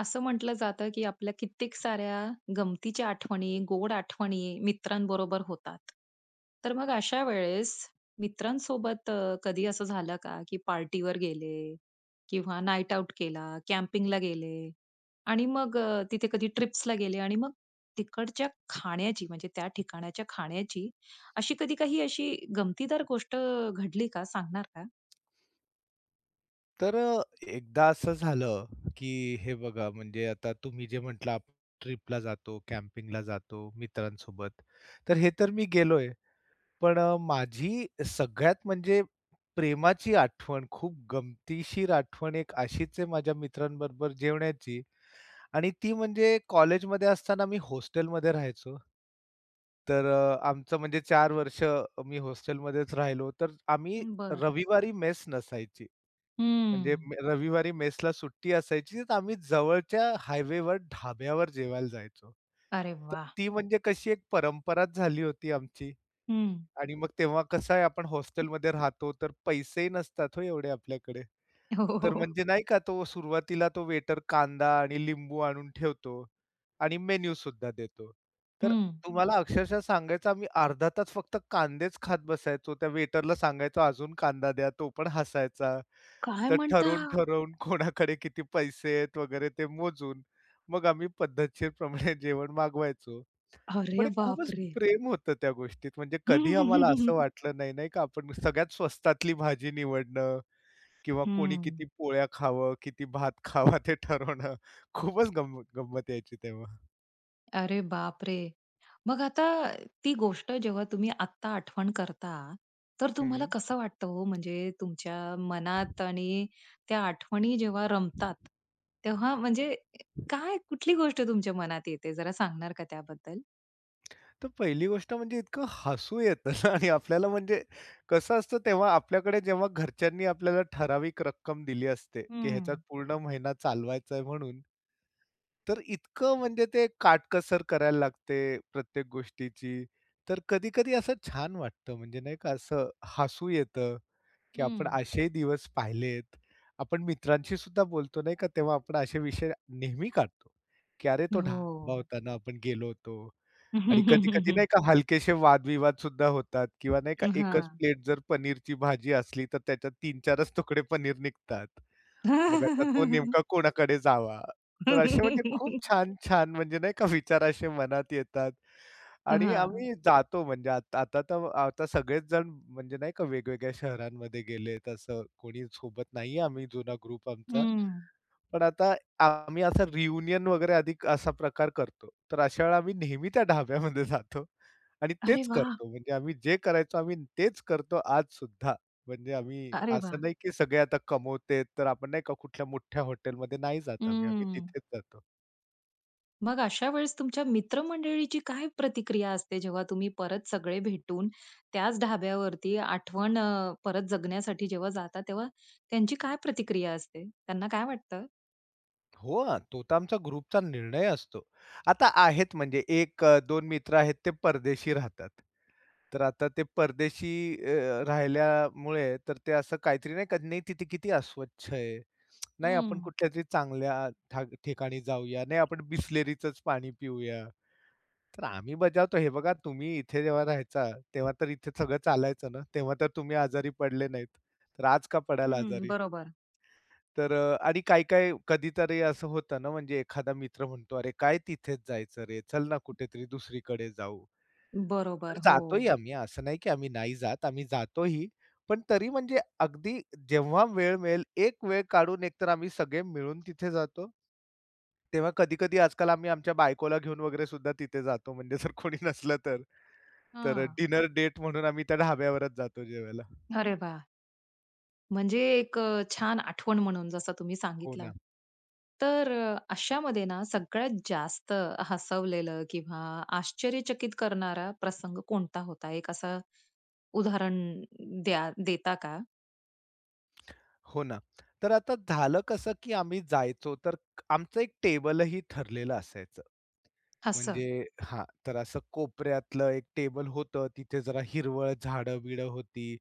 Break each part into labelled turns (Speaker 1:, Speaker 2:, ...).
Speaker 1: असं म्हटलं जातं, की आपल्या कित्येक साऱ्या गमतीच्या आठवणी, गोड आठवणी मित्रांबरोबर होतात. तर मग अशा वेळेस मित्रांसोबत कधी असं झालं का, की पार्टीवर गेले किंवा नाईट आउट केला, कॅम्पिंगला गेले आणि मग तिथे कधी ट्रिप्सला गेले आणि मग तिकडच्या खाण्याची म्हणजे त्या ठिकाणाच्या खाण्याची अशी कधी काही अशी गमतीदार गोष्ट घडली का? सांगणार का?
Speaker 2: तर एकदा असं झालं, की हे बघा म्हणजे आता तुम्ही जे म्हटलं आपण ट्रिपला जातो, कॅम्पिंगला जातो मित्रांसोबत. तर हे तर मी गेलोय. पण माझी सगळ्यात म्हणजे प्रेमाची आठवण, खूप गमतीशीर आठवण एक अशीच आहे माझ्या मित्रांबरोबर जेवण्याची आणि ती म्हणजे कॉलेजमध्ये असताना मी हॉस्टेलमध्ये राहायचो. तर आमचं म्हणजे 4 वर्ष मी हॉस्टेलमध्येच राहिलो. तर आम्ही
Speaker 1: बरं.
Speaker 2: रविवारी मेस नसायची. म्हणजे
Speaker 1: हम्म.
Speaker 2: रविवारी मेसला सुट्टी असायची, तर आम्ही जवळच्या हायवेवर ढाब्यावर जेवायला जायचो.
Speaker 1: अरे
Speaker 2: तर
Speaker 1: वाह!
Speaker 2: ती म्हणजे कशी एक परंपराच झाली होती आमची
Speaker 1: हं.
Speaker 2: आणि मग तेव्हा कसं आहे आपण हॉस्टेलमध्ये राहतो, तर पैसेही नसतात हो एवढे आपल्याकडे. तर
Speaker 1: हो.
Speaker 2: म्हणजे नाही का तो सुरुवातीला तो वेटर कांदा आणि लिंबू आणून ठेवतो आणि मेन्यू सुद्धा देतो. तर
Speaker 1: हं.
Speaker 2: तुम्हाला अक्षरशः सांगायचं आम्ही अर्धा तास फक्त कांदेच खात बसायचो. त्या वेटरला सांगायचो, "अजून कांदा द्या." तो पण हसायचा.
Speaker 1: काय
Speaker 2: तर
Speaker 1: म्हणता?
Speaker 2: ठरवून-ठरवून कोणाकडे किती पैसे आहेत वगैरे ते मोजून, मग आम्ही पद्धतशीरप्रमाणे जेवण मागवायचो. पण
Speaker 1: अरे
Speaker 2: एक खूपच
Speaker 1: बापरे!
Speaker 2: प्रेम होतं त्या गोष्टीत. म्हणजे कधी आम्हाला असं वाटलं नाही, नाही का, आपण सगळ्यात स्वस्तातली भाजी निवडणं किंवा कोणी
Speaker 1: हं.
Speaker 2: किती पोळ्या खावं, किती भात खावा ते ठरवणं. खूपच गंमत गंमत यायची तेव्हा.
Speaker 1: अरे बापरे! मग आता ती गोष्ट जेव्हा तुम्ही आत्ता आठवण करता, तर तुम्हाला
Speaker 2: हं.
Speaker 1: कसं वाटतं हो? म्हणजे तुमच्या मनात आणि त्या आठवणी जेव्हा रमतात, तेव्हा म्हणजे काय कुठली गोष्ट तुमच्या मनात येते? जरा सांगणार का त्याबद्दल?
Speaker 2: तर पहिली गोष्ट म्हणजे इतकं हसू येतं ना आणि आपल्याला म्हणजे कसं असतं तेव्हा आपल्याकडे जेव्हा घरच्यांनी आपल्याला ठराविक रक्कम दिली असते, की
Speaker 1: हं,
Speaker 2: ह्याच्यात पूर्ण महिना चालवायचा आहे म्हणून, तर इतकं म्हणजे ते काटकसर करायला लागते प्रत्येक गोष्टीची. तर कधी-कधी असं छान वाटतं म्हणजे नाही का असं हसू येतं, की आपण
Speaker 1: हं.
Speaker 2: असेही दिवस पाहिलेत. आपण मित्रांशी सुद्धा बोलतो नाही का, तेव्हा आपण असे विषय नेहमी काढतो, की "अरे, तो
Speaker 1: हो.
Speaker 2: ढाबा होता ना, आपण गेलो होतो." आणि कधी-कधी नाही का हलकेशे वादविवाद सुद्धा होतात किंवा नाही का एकच
Speaker 1: हां.
Speaker 2: प्लेट जर पनीरची भाजी असली, तर त्याच्यात तीन 4च तुकडे पनीर निघतात. मग आता तो नेमका कोणाकडे जावा? तर असे म्हणजे खूप छान-छान म्हणजे नाही का विचार असे मनात येतात आणि
Speaker 1: हां.
Speaker 2: आम्ही जातो म्हणजे आता आता तर आता सगळेच जण म्हणजे नाही का वेगवेगळ्या शहरांमध्ये गेलेत असं कोणी सोबत नाहीये आम्ही जुना ग्रुप आमचा. पण आता आम्ही असं रियुनियन वगैरे आधी असा प्रकार करतो. तर अशा वेळेला आम्ही नेहमी त्या ढाब्यामध्ये जातो आणि
Speaker 1: अरे
Speaker 2: तेच
Speaker 1: वाह!
Speaker 2: करतो. म्हणजे आम्ही जे करायचो आम्ही तेच करतो आजसुद्धा. म्हणजे आम्ही
Speaker 1: अरे वाह!
Speaker 2: असं नाही की सगळे आता कमवतेत तर आपण नाही का कुठल्या मोठ्या हॉटेलमध्ये नाही जात आम्ही. आम्ही
Speaker 1: हं.
Speaker 2: तिथेच जातो.
Speaker 1: मग अशा वेळेस तुमच्या मित्रमंडळीची काय प्रतिक्रिया असते, जेव्हा तुम्ही परत सगळे भेटून त्याच ढाब्यावरती आठवण परत जगण्यासाठी जेव्हा जाता, तेव्हा त्यांची काय प्रतिक्रिया असते? त्यांना काय वाटतं?
Speaker 2: हो ना, तो तर आमचा ग्रुपचा निर्णय असतो. आता आहेत म्हणजे 1 2 मित्र आहेत ते परदेशी राहतात. तर आता ते परदेशी राहिल्यामुळे तर ते असं काहीतरी नाही का, "नाही तिथे किती अस्वच्छ आहे. नाही आपण
Speaker 1: हं.
Speaker 2: कुठल्या तरी चांगल्या ठिकाणी जाऊया. नाही आपण बिसलेरीचंच पाणी पिऊया." तर आम्ही बजावतो, "हे बघा तुम्ही इथे जेव्हा राहायचा, तेव्हा तर इथे सगळं चालायचं ना. तेव्हा तर तुम्ही आजारी पडले नाहीत. तर आज का पडाल
Speaker 1: हं,
Speaker 2: आजारी?"
Speaker 1: बरोबर.
Speaker 2: तर आणि काही-काही कधीतरी असं होतं ना, म्हणजे एखादा मित्र म्हणतो, "अरे, काय तिथेच जायचं रे. चल ना कुठेतरी दुसरीकडे जाऊ." तर
Speaker 1: बरोबर, हो.
Speaker 2: जातोही आम्ही, असं नाही की आम्ही नाही जात, आम्ही जातोही. पण तरी म्हणजे अगदी जेव्हा वेळ मिळेल, एक वेळ काढून एकतर आम्ही सगळे मिळून तिथे जातो. तेव्हा कधी-कधी आजकाल आम्ही आमच्या बायकोला घेऊन वगैरे सुद्धा तिथे जातो, म्हणजे जर कोणी नसलं तर. तर
Speaker 1: हां.
Speaker 2: डिनर डेट म्हणून आम्ही त्या ढाब्यावरच जातो जेवायला.
Speaker 1: अरे वाह! म्हणजे एक छान आठवण म्हणून जसं तुम्ही
Speaker 2: हो
Speaker 1: सांगितलं.
Speaker 2: ना,
Speaker 1: तर अशामध्ये ना सगळ्यात जास्त हसवलेलं किंवा आश्चर्यचकित करणारा प्रसंग कोणता होता? एक असं उदाहरण देता का?
Speaker 2: हो ना. तर आता झालं कसं, की आम्ही जायचो, तर आमचं एक टेबलही ठरलेलं असायचं.
Speaker 1: असं.
Speaker 2: म्हणजे हां, तर असं कोपऱ्यातलं एक टेबल होतं. तिथे जरा हिरवळ झाडं-बिडं होती.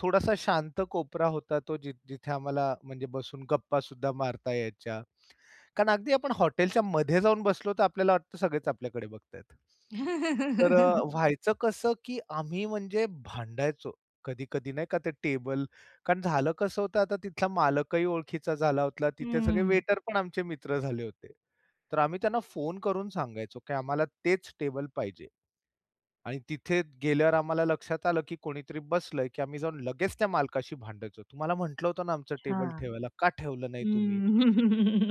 Speaker 2: थोडासा शांत कोपरा होता तो जिथे आम्हाला म्हणजे बसून गप्पा सुद्धा मारता यायच्या. कारण अगदी आपण हॉटेलच्या मध्ये जाऊन बसलो तर आपल्याला वाटतं सगळेच आपल्याकडे बघतायत. तर व्हायचं कसं, की आम्ही म्हणजे भांडायचो कधी-कधी नाही का ते टेबल कारण झालं कसं होतं आता तिथला मालकही ओळखीचा झाला होता. तिथे सगळे
Speaker 1: हं.
Speaker 2: वेटर पण आमचे मित्र झाले होते. तर आम्ही त्यांना फोन करून सांगायचो, की आम्हाला तेच टेबल पाहिजे आणि तिथे गेल्यावर आम्हाला लक्षात आलं, की कोणीतरी बसलंय, की आम्ही जाऊन लगेच त्या मालकाशी भांडायचो. "तुम्हाला म्हटलं होतं ना आमचं
Speaker 1: अच्छा.
Speaker 2: टेबल ठेवायला, का ठेवलं नाही तुम्ही?"
Speaker 1: हं.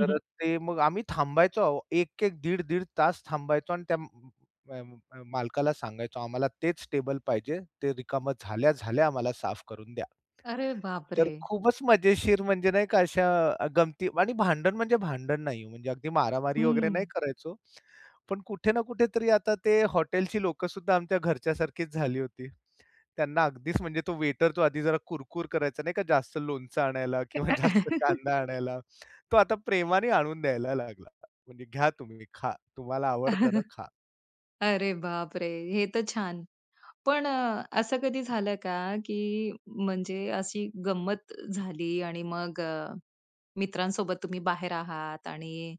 Speaker 2: तर ते मग आम्ही थांबायचो अहो. 1-1, दीड-दीड तास थांबायचो आणि त्या अ, अ, मालकाला सांगायचो, "आम्हाला तेच टेबल पाहिजे. ते रिकामं झाल्या-झाल्या आम्हाला साफ करून द्या."
Speaker 1: अरे
Speaker 2: तर
Speaker 1: बापरे!
Speaker 2: खूपच मजेशीर म्हणजे नाही का अशा गमती आणि भांडण म्हणजे भांडण नाही हो, म्हणजे अगदी मारामारी वगैरे
Speaker 1: हं.
Speaker 2: नाही करायचो. पण कुठे ना कुठेतरी आता ते हॉटेलची लोकं सुद्धा आमच्या घरच्यासारखीच झाली होती. त्यांना अगदीच म्हणजे तो वेटर तो आधी जरा कुरकुर करायचा नाही का जास्त लोणचं आणायला किंवा जास्त कांदा आणायला. तो आता प्रेमाने आणून द्यायला लागला. म्हणजे घ्या तुम्ही खा. तुम्हाला आवडतं ना खा.
Speaker 1: अरे बापरे! हे तर छान. पण असं कधी झालं का, की म्हणजे अशी गंमत झाली आणि मग मित्रांसोबत तुम्ही बाहेर आहात आणि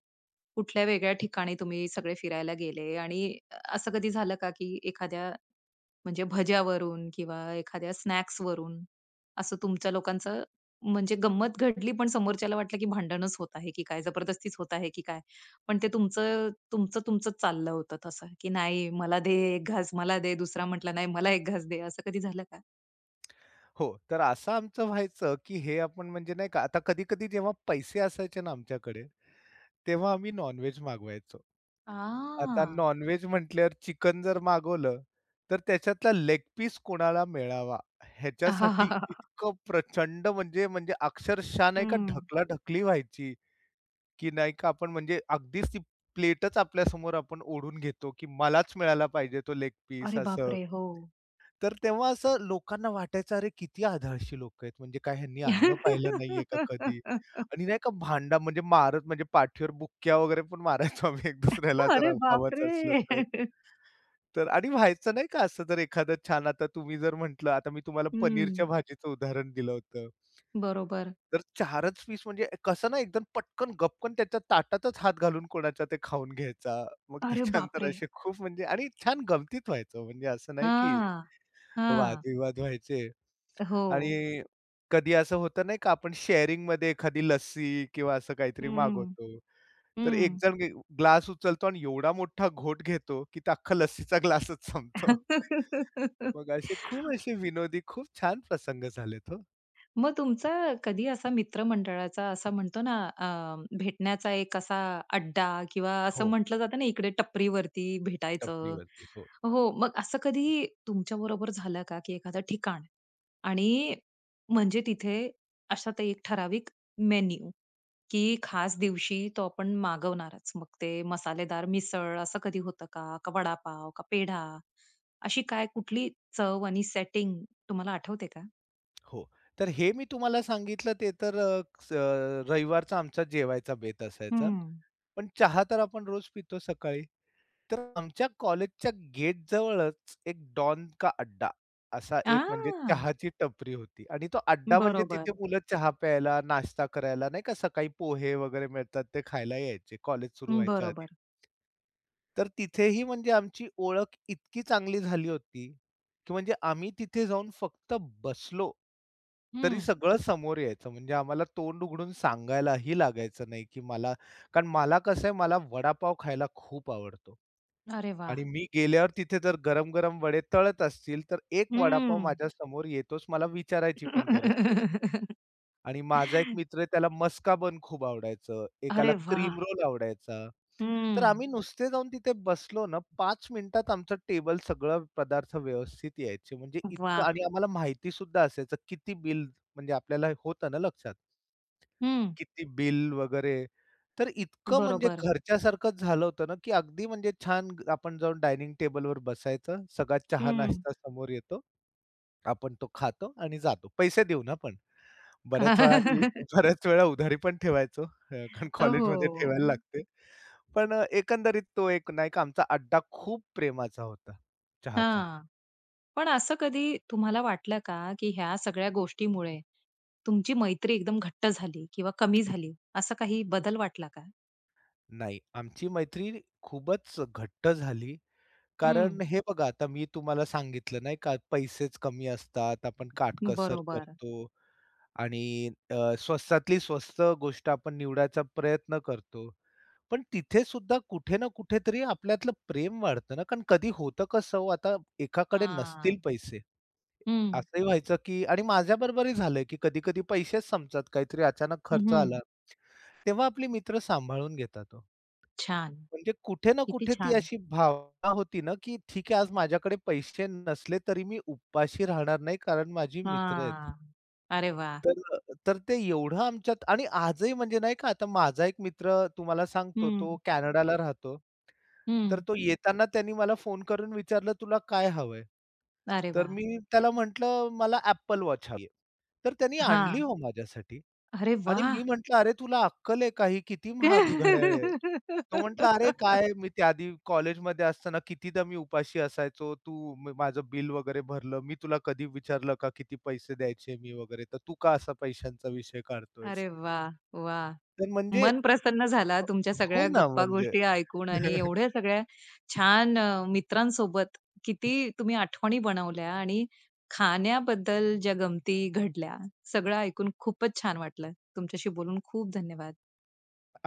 Speaker 1: कुठल्या वेगळ्या ठिकाणी तुम्ही सगळे फिरायला गेले आणि असं कधी झालं का, की एखाद्या म्हणजे भज्यावरून किंवा एखाद्या स्नॅक्सवरून असं तुमच्या लोकांचं म्हणजे गंमत घडली, पण समोरच्याला वाटलं की भांडणच होत आहे की काय, जबरदस्तीच होत आहे की काय? पण ते तुमचं तुमचं तुमचंच चाललं होतं तसं, की नाही मला दे 1 घास, मला दे. दुसरा म्हटला, "नाही मला 1 घास दे." असं कधी झालं का?
Speaker 2: हो, तर असं आमचं व्हायचं, की हे आपण म्हणजे नाही का आता कधी-कधी जेव्हा पैसे असायचे ना आमच्याकडे तेव्हा आम्ही नॉन-व्हेज मागवायचो. आता
Speaker 1: आ.
Speaker 2: नॉन-व्हेज म्हटल्यावर चिकन जर मागवलं, तर त्याच्यातला लेग पीस कोणाला मिळावा ह्याच्यासाठी इतकं प्रचंड म्हणजे म्हणजे अक्षरशः नाही का
Speaker 1: हं.
Speaker 2: ढकलाढकली व्हायची, की नाही का आपण म्हणजे अगदीच ती प्लेटच आपल्यासमोर आपण ओढून घेतो, की मलाच मिळाला पाहिजे तो लेग पीस
Speaker 1: अरे
Speaker 2: असं.
Speaker 1: बापरे! हो.
Speaker 2: तर तेव्हा असं लोकांना वाटायचं, "अरे किती आधाळशी लोकं आहेत, म्हणजे काय ह्यांनी अन्न पाहिलं नाहीये का कधी?" आणि नाही का भांडा म्हणजे मारत म्हणजे पाठीवर बुक्क्या वगैरे पण मारायचो आम्ही एक दुसऱ्याला जर
Speaker 1: अरे
Speaker 2: हवंच
Speaker 1: बापरे!
Speaker 2: असलं तर. तर आणि व्हायचं नाही का असं जर एखादं छान आता तुम्ही जर म्हटलं आता मी तुम्हाला
Speaker 1: हं.
Speaker 2: पनीरच्या भाजीचं उदाहरण दिलं होतं.
Speaker 1: बरोबर.
Speaker 2: तर 4च पीस म्हणजे कसं ना एकदम पटकन गपकन त्याच्या ताटातच हात घालून कोणाच्या ते खाऊन घ्यायचा. मग
Speaker 1: अरे
Speaker 2: त्याच्यानंतर
Speaker 1: बापरे!
Speaker 2: असे खूप म्हणजे आणि छान गमतीत व्हायचं म्हणजे असं नाही की
Speaker 1: हां. हां.
Speaker 2: वादविवाद व्हायचे.
Speaker 1: हो.
Speaker 2: आणि कधी असं होतं नाही का आपण शेअरिंगमध्ये एखादी लस्सी किंवा असं काहीतरी
Speaker 1: हं, हं.
Speaker 2: मागवतो. तर एक
Speaker 1: हं.
Speaker 2: जण ग्लास उचलतो आणि एवढा मोठा घोट घेतो, की तो अख्खा लस्सीचा ग्लासच संपतो. मग असे खूप असे विनोदी, खूप छान प्रसंग झालेत हो.
Speaker 1: मग तुमचा कधी असा मित्रमंडळाचा असा म्हणतो ना भेटण्याचा एक असा अड्डा किंवा असं
Speaker 2: हो,
Speaker 1: म्हटलं जातं ना इकडे टपरीवरती भेटायचं.
Speaker 2: टपरीवरती. हो.
Speaker 1: हो मग असं कधी तुमच्या बरोबर झालं का की एखादं ठिकाण आणि म्हणजे तिथे असा ते एक ठराविक मेन्यू की खास दिवशी तो आपण मागवणारच मग ते मसालेदार मिसळ असं कधी होतं का का वडापाव का पेढा अशी काय कुठली चव आणि सेटिंग तुम्हाला आठवते का?
Speaker 2: हो. तर हे मी तुम्हाला सांगितलं ते तर रविवारचा आमचा जेवायचा बेत असायचा.
Speaker 1: हम्म.
Speaker 2: पण चहा तर आपण रोज पितो सकाळी. तर आमच्या कॉलेजच्या गेटजवळच एक डॉन का अड्डा असा एक म्हणजे
Speaker 1: हां.
Speaker 2: चहाची टपरी होती आणि तो अड्डा म्हणजे
Speaker 1: बरोबर,
Speaker 2: तिथे मुलं चहा प्यायला, नाश्ता करायला नाही का सकाळी पोहे वगैरे मिळतात ते खायला यायचे कॉलेज सुरू व्हायच्या आधी.
Speaker 1: बरोबर.
Speaker 2: तर तिथेही म्हणजे आमची ओळख इतकी चांगली झाली होती, की म्हणजे आम्ही तिथे जाऊन फक्त बसलो, तरी
Speaker 1: हं.
Speaker 2: सगळं समोर यायचं. म्हणजे आम्हाला तोंड उघडून सांगायलाही लागायचं नाही, की मला कारण मला कसं आहे मला वडापाव खायला खूप आवडतो.
Speaker 1: अरे वाह!
Speaker 2: आणि मी गेल्यावर तिथे जर गरम-गरम वडे तळत असतील, तर एक वडापाव
Speaker 1: हं.
Speaker 2: माझ्यासमोर येतोच. मला विचारायची पण गरज पडत नाही. आणि माझा एक मित्र आहे त्याला मस्का बन खूप आवडायचं, एकाला
Speaker 1: अरे वाह!
Speaker 2: क्रीम रोल आवडायचा. तर
Speaker 1: हं.
Speaker 2: आम्ही नुसते जाऊन तिथे बसलो ना, पाच मिनिटात आमचं टेबल सगळं पदार्थ व्यवस्थित यायचे. म्हणजे इतकं
Speaker 1: वाह!
Speaker 2: आणि आम्हाला माहिती सुद्धा असायचं किती बिल म्हणजे आपल्याला होतं ना लक्षात.
Speaker 1: हं.
Speaker 2: किती बिल वगैरे. तर इतकं म्हणजे
Speaker 1: बरोबर.
Speaker 2: घरच्यासारखंच झालं होतं ना, की अगदी म्हणजे छान आपण जाऊन डायनिंग टेबलवर बसायचं. सगळा
Speaker 1: हं.
Speaker 2: चहा-नाश्ता समोर येतो. आपण तो खातो आणि जातो. पैसे देऊन हां बऱ्याच वेळा मी बऱ्याच वेळा उधारी पण ठेवायचो. कारण
Speaker 1: हो.
Speaker 2: कॉलेजमध्ये ठेवायला लागते. पण एकंदरीत तो एक नाही का आमचा अड्डा खूप प्रेमाचा होता, चहाचा.
Speaker 1: हां. पण असं कधी तुम्हाला वाटलं का, की ह्या सगळ्या गोष्टीमुळे तुमची मैत्री एकदम घट्ट झाली किंवा कमी झाली, असा काही बदल वाटला का?
Speaker 2: नाही, आमची मैत्री खूपच घट्ट झाली. कारण
Speaker 1: हं.
Speaker 2: हे बघा आता मी तुम्हाला सांगितलं नाही का, पैसेच कमी असतात, आपण काटकसर
Speaker 1: बरोबर.
Speaker 2: करतो आणि स्वस्तातली स्वस्त गोष्ट आपण निवडायचा प्रयत्न करतो. पण तिथे सुद्धा कुठे ना कुठेतरी आपल्यातलं प्रेम वाढतं ना, कारण कधी होतं कसं हो, आता एकाकडे नसतील
Speaker 1: हां.
Speaker 2: पैसे.
Speaker 1: हं.
Speaker 2: असंही व्हायचं, की आणि माझ्याबरोबरही झालंय, की कधी-कधी पैसेच संपतात, काहीतरी अचानक खर्च
Speaker 1: हं.
Speaker 2: आला. तेव्हा आपले मित्र सांभाळून घेतात हो.
Speaker 1: छान.
Speaker 2: म्हणजे कुठे ना
Speaker 1: किती
Speaker 2: कुठे ती
Speaker 1: छान.
Speaker 2: अशी भावना होती ना, की ठीक आहे आज माझ्याकडे पैसे नसले तरी मी उपाशी राहणार नाही, कारण माझी मित्र आहेत.
Speaker 1: हां. अरे वाह!
Speaker 2: तर अ, तर ते एवढं आमच्यात आणि आजही म्हणजे नाही का आता माझा एक मित्र तुम्हाला सांगतो
Speaker 1: हं,
Speaker 2: तो कॅनडाला राहतो. तर
Speaker 1: हं.
Speaker 2: तो येताना त्यांनी मला फोन करून विचारलं, "तुला काय हवंय?"
Speaker 1: अरे
Speaker 2: तर
Speaker 1: वाह!
Speaker 2: मी त्याला म्हटलं, "मला Apple Watch हवी तर त्यांनी आणली
Speaker 1: हां.
Speaker 2: हो माझ्यासाठी.
Speaker 1: अरे
Speaker 2: आणि
Speaker 1: वाह!
Speaker 2: मी म्हटलं, "अरे तुला अक्कल आहे का? ही किती महागी घड्याळ आहे." तो म्हटला, "अरे काय मी त्याआधी कॉलेजमध्ये असताना कितीदा मी उपाशी असायचो. तू माझं बिल वगैरे भरलं. मी तुला कधी विचारलं का किती पैसे द्यायचे मी वगैरे? तर तू का असा पैशांचा विषय काढतोयस?"
Speaker 1: अरे वाह! वाह!
Speaker 2: तर म्हणजे
Speaker 1: मन प्रसन्न झाला तुमच्या
Speaker 2: हो
Speaker 1: सगळ्या
Speaker 2: ना,
Speaker 1: गप्पा
Speaker 2: म्हणजे
Speaker 1: गोष्टी ऐकून आणि एवढ्या सगळ्या छान मित्रांसोबत किती तुम्ही आठवणी बनवल्या आणि खाण्याबद्दल ज्या गमती घडल्या, सगळं ऐकून खूपच छान वाटलं. तुमच्याशी बोलून खूप धन्यवाद.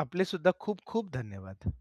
Speaker 2: आपले सुद्धा खूप खूप धन्यवाद.